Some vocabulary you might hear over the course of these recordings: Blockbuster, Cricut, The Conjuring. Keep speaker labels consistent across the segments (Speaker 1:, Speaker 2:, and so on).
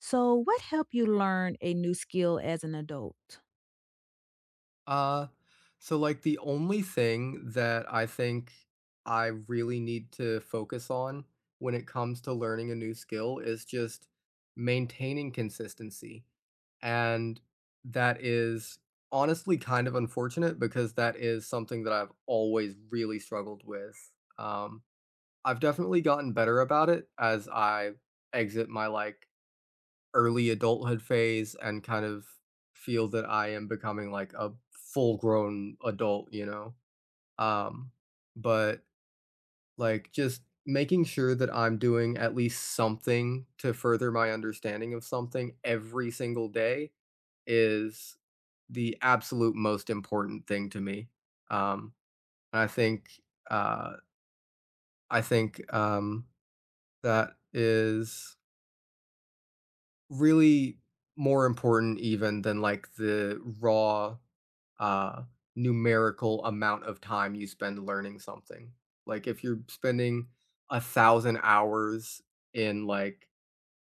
Speaker 1: So, what helped you learn a new skill as an adult?
Speaker 2: Uh, so like the only thing that I think I really need to focus on when it comes to learning a new skill is just maintaining consistency. And that is honestly kind of unfortunate because that is something that I've always really struggled with. Um, I've definitely gotten better about it as I exit my like early adulthood phase and kind of feel that I am becoming like a full grown adult, you know? Um, but like just making sure that I'm doing at least something to further my understanding of something every single day is the absolute most important thing to me. Um, I think, uh, I think, that is really more important even than, like, the raw, uh, numerical amount of time you spend learning something. Like, if you're spending 1,000 hours in, like,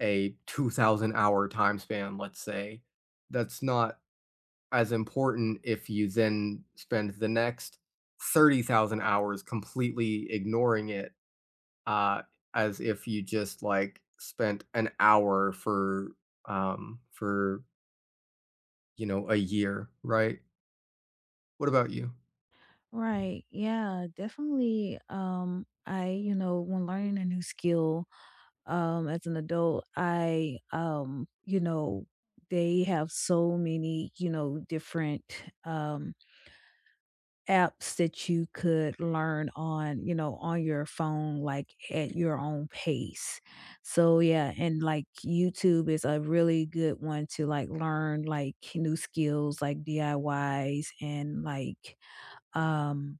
Speaker 2: a 2,000 hour time span, let's say, that's not as important if you then spend the next 30,000 hours completely ignoring it, uh, as if you just like spent an hour for for a year, right? What about you?
Speaker 1: Right. Yeah, definitely. When learning a new skill, as an adult, they have so many, different, um, apps that you could learn on, on your phone, like, at your own pace. So, yeah, and, like, YouTube is a really good one to, like, learn, like, new skills, like, DIYs and, um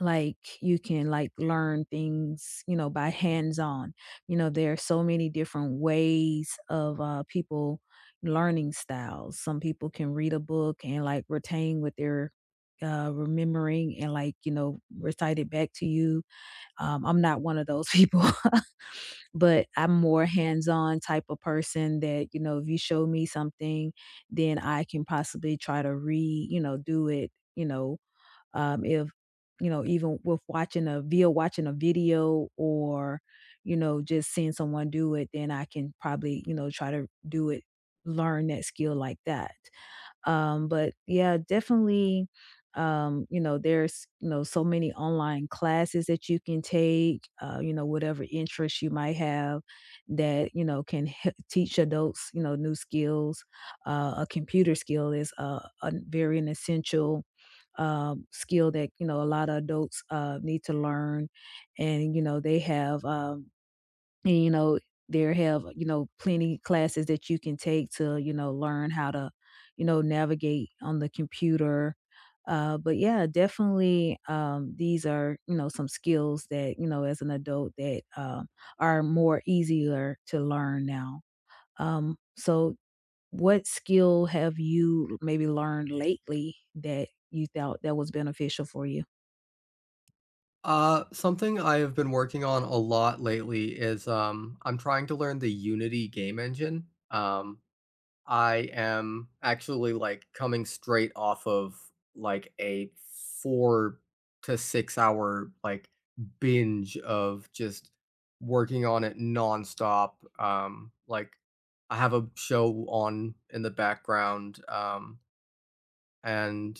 Speaker 1: like you can like learn things by hands on. There are so many different ways of people learning styles. Some people can read a book and like retain what they're remembering and like recite it back to you. I'm not one of those people. But I'm more hands-on type of person that if you show me something, then I can possibly try to re you know do it. If even with watching a via watching a video, or just seeing someone do it, then I can probably try to do it, learn that skill like that. But yeah, definitely, there's, so many online classes that you can take, whatever interests you might have that, can teach adults, new skills. A computer skill is a very an essential skill that a lot of adults need to learn. And they have and, there have, plenty classes that you can take to, learn how to, navigate on the computer. But yeah, definitely, these are, some skills that, as an adult that are more easier to learn now. So what skill have you maybe learned lately that you thought that was beneficial for you?
Speaker 2: Something I have been working on a lot lately is I'm trying to learn the Unity game engine. I am actually, like, coming straight off of, like, a 4 to 6 hour, like, binge of just working on it nonstop, like, I have a show on in the background, and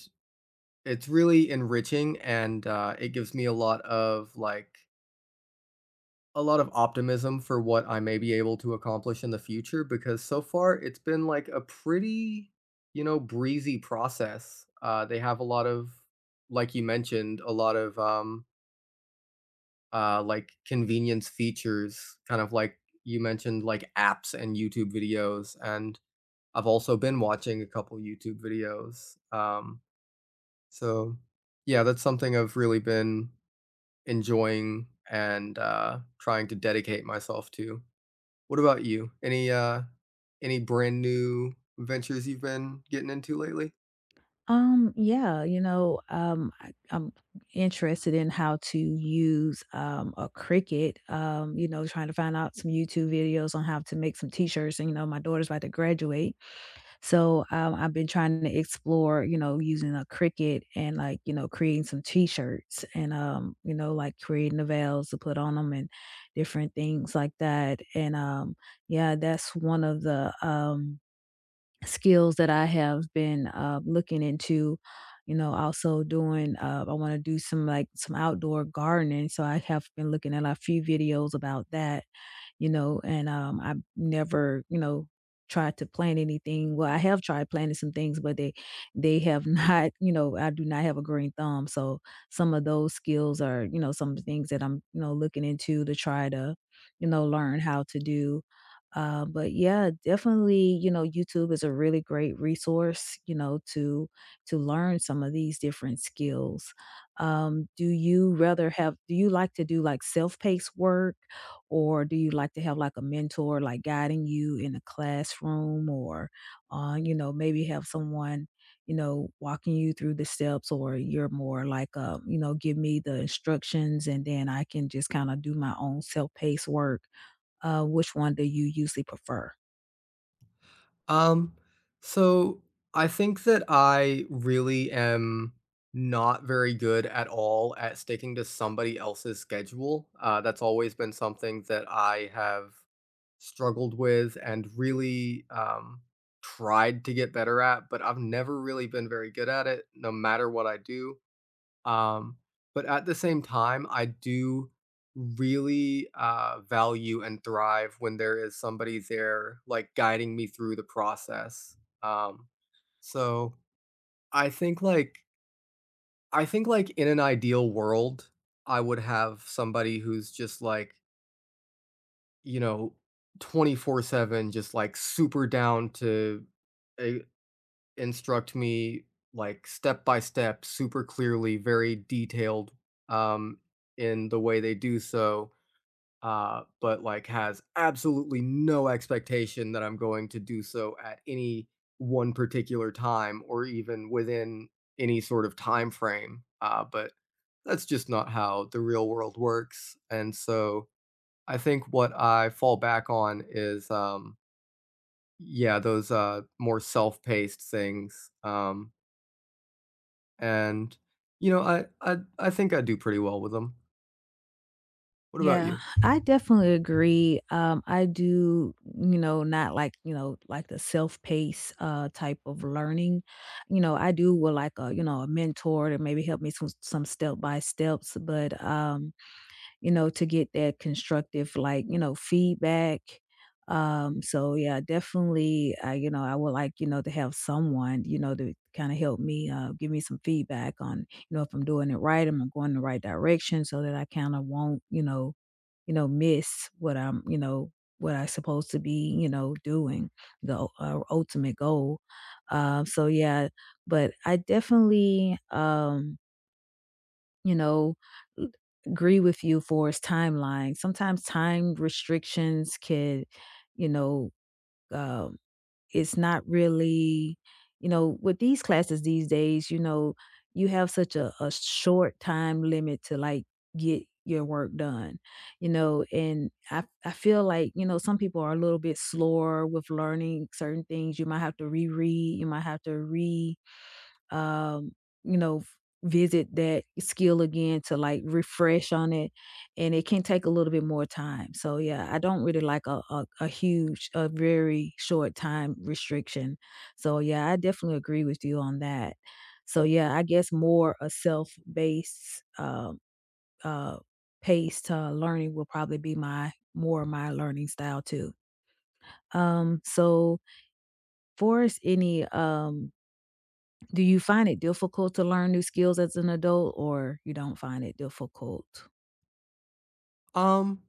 Speaker 2: it's really enriching, and, it gives me a lot of, like a lot of optimism for what I may be able to accomplish in the future because so far it's been like a pretty, you know, breezy process. They have a lot of, like you mentioned, a lot of like convenience features, kind of like you mentioned, like apps and YouTube videos. And I've also been watching a couple YouTube videos. So, yeah, that's something I've really been enjoying and trying to dedicate myself to. What about you? Any, any brand new ventures you've been getting into lately?
Speaker 1: Yeah, I'm interested in how to use a Cricut. Trying to find out some YouTube videos on how to make some t-shirts. And my daughter's about to graduate, so I've been trying to explore, using a Cricut and like creating some t-shirts and like creating the veils to put on them and different things like that. And yeah, that's one of the skills that I have been looking into. You know, also doing. I want to do some like some outdoor gardening, so I have been looking at a few videos about that and I've never, tried to plan anything. Well, I have tried planning some things, but they have not, I do not have a green thumb. So some of those skills are, some things that I'm, looking into to try to, learn how to do. But yeah, definitely, YouTube is a really great resource, to learn some of these different skills. Do you rather have? Do you like to do like self-paced work, or do you like to have like a mentor like guiding you in the classroom, or maybe have someone walking you through the steps, or you're more like give me the instructions and then I can just kind of do my own self-paced work? Which one do you usually prefer?
Speaker 2: Um, so I think that I really am not very good at all at sticking to somebody else's schedule. That's always been something that I have struggled with and really tried to get better at, but I've never really been very good at it, no matter what I do. Um, but at the same time, I do really value and thrive when there is somebody there, like guiding me through the process. Um, so I think like I think like in an ideal world, I would have somebody who's just like, you know, 24/7 just like super down to instruct me, like, step by step, super clearly, very detailed, um, in the way they do so, but, like, has absolutely no expectation that I'm going to do so at any one particular time or even within any sort of time frame, but that's just not how the real world works, and so I think what I fall back on is, yeah, those, more self-paced things, and, you know, I think I do pretty well with them. What about
Speaker 1: Yeah,
Speaker 2: you?
Speaker 1: I definitely agree. I do, not like, like the self-paced type of learning. I do with like a mentor to maybe help me some step by steps, but to get that constructive, like, feedback. So yeah, definitely, I would like, to have someone, to kind of help me, give me some feedback on, if I'm doing it right, am I going the right direction so that I kind of won't, miss what I'm, what I supposed to be, doing the ultimate goal. So yeah, but I definitely, you know, agree with you for his timeline. Sometimes time restrictions could, you know, um, it's not really with these classes these days, you have such a short time limit to, like, get your work done, you know, and I feel like, some people are a little bit slower with learning certain things. You might have to reread, you might have to re um, you know, f- visit that skill again to like refresh on it. And it can take a little bit more time. So yeah, I don't really like a huge, a very short time restriction. So yeah, I definitely agree with you on that. So yeah, I guess more a self-based uh paced learning will probably be my more my learning style too. So for us any do you find it difficult to learn new skills as an adult, or you don't find it difficult?
Speaker 2: Um,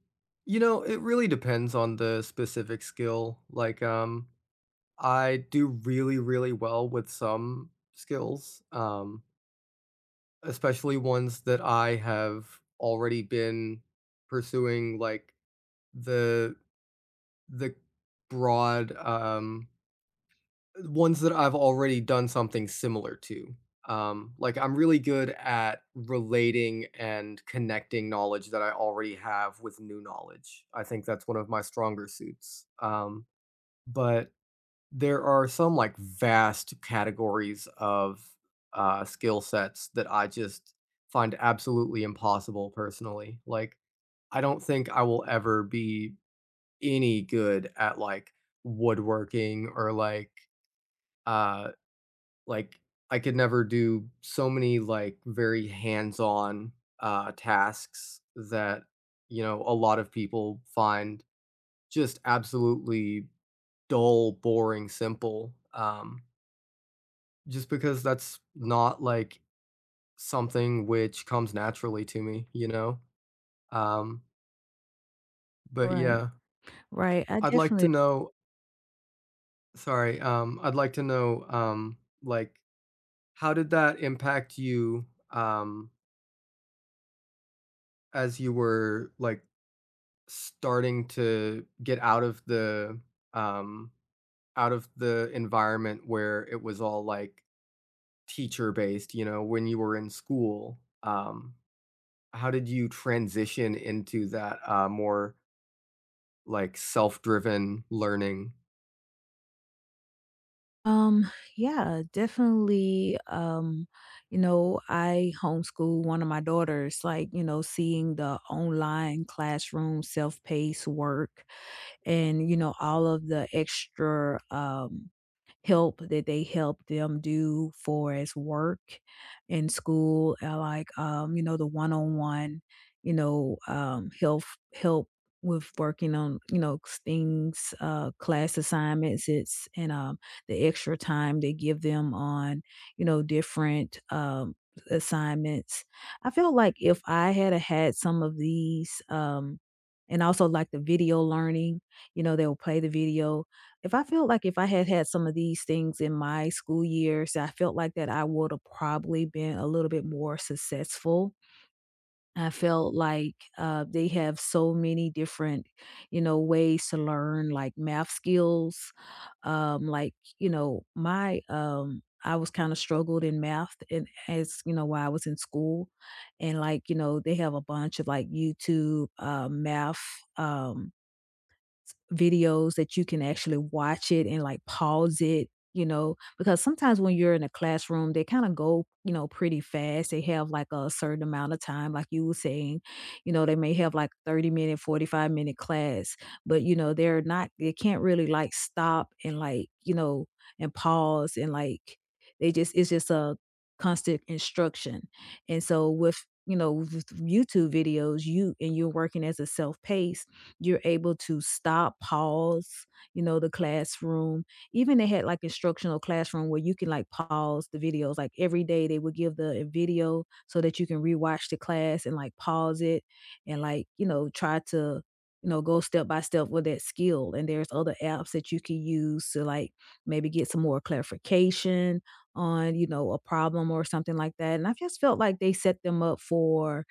Speaker 2: you know, it really depends on the specific skill. Like, I do really, really well with some skills, especially ones that I have already been pursuing, like the the broad ones that I've already done something similar to. Like, I'm really good at relating and connecting knowledge that I already have with new knowledge. I think that's one of my stronger suits. But there are some like vast categories of skill sets that I just find absolutely impossible personally. Like, I don't think I will ever be any good at like woodworking or uh like I could never do so many, like, very hands-on, tasks that, you know, a lot of people find just absolutely dull, boring, simple, just because that's not, like, something which comes naturally to me, you know? Um, but
Speaker 1: Right.
Speaker 2: yeah,
Speaker 1: Right, I
Speaker 2: I'd like to
Speaker 1: definitely
Speaker 2: know I'd like to know, like, how did that impact you, as you were, like, starting to get um out of the environment where it was all, like, teacher-based, you know, when you were in school, how did you transition into that, more, like, self-driven learning?
Speaker 1: um, yeah, definitely, I homeschool one of my daughters, like, seeing the online classroom self-paced work and, all of the extra, help that they help them do for as work in school, like, the one-on-one, health help with working on, things, class assignments, it's and the extra time they give them on, different assignments. I feel like if I had a had some of these, and also like the video learning, they'll play the video, if I felt like if I had had some of these things in my school years, I felt like that I would have probably been a little bit more successful. I felt like they have so many different, ways to learn like math skills. Like, I was kind of struggled in math and as, while I was in school. And like, they have a bunch of like YouTube, math, um, videos that you can actually watch it and like pause it, because sometimes when you're in a classroom, they kind of go, pretty fast. They have like a certain amount of time, like you were saying, they may have like 30 minute, 45-minute class, but they're not, they can't really like stop and like, and pause and like, they just, it's just a constant instruction. And so with, with YouTube videos, you're working as a self paced, you're able to stop, pause, the classroom. Even they had like instructional classroom where you can like pause the videos. Like every day they would give the video so that you can rewatch the class and like pause it and like, try to go step by step with that skill. And there's other apps that you can use to like maybe get some more clarification on a problem or something like that. And I just felt like they set them up for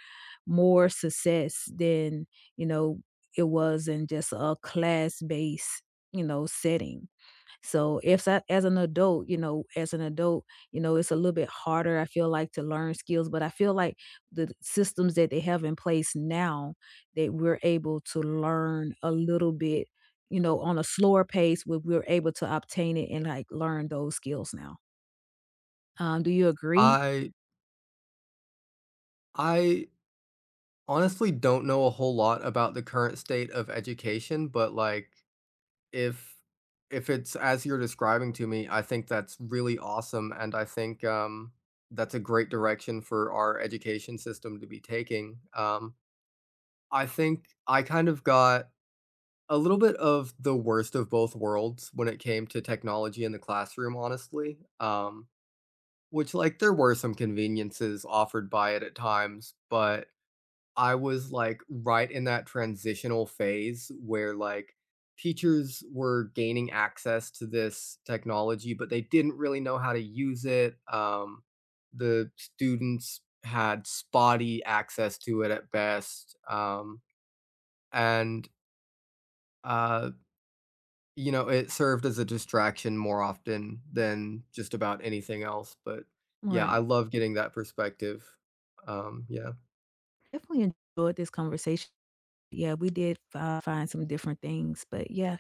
Speaker 1: more success than you know it was in just a class based setting. So if as an adult it's a little bit harder, I feel like, to learn skills, but I feel like the systems that they have in place now, that we're able to learn a little bit on a slower pace, where we're able to obtain it and like learn those skills now. Do you agree?
Speaker 2: I I honestly don't know a whole lot about the current state of education, but, like, If if it's as you're describing to me, I think that's really awesome, and I think, that's a great direction for our education system to be taking. I think I kind of got a little bit of the worst of both worlds when it came to technology in the classroom, honestly, which, like, there were some conveniences offered by it at times, but I was, like, right in that transitional phase where, like, teachers were gaining access to this technology, but they didn't really know how to use it, the students had spotty access to it at best, and, uh, you know, it served as a distraction more often than just about anything else, but, yeah, I
Speaker 1: Right,
Speaker 2: love getting that perspective, yeah.
Speaker 1: definitely enjoyed this conversation. Yeah, we did find some different things, but yeah.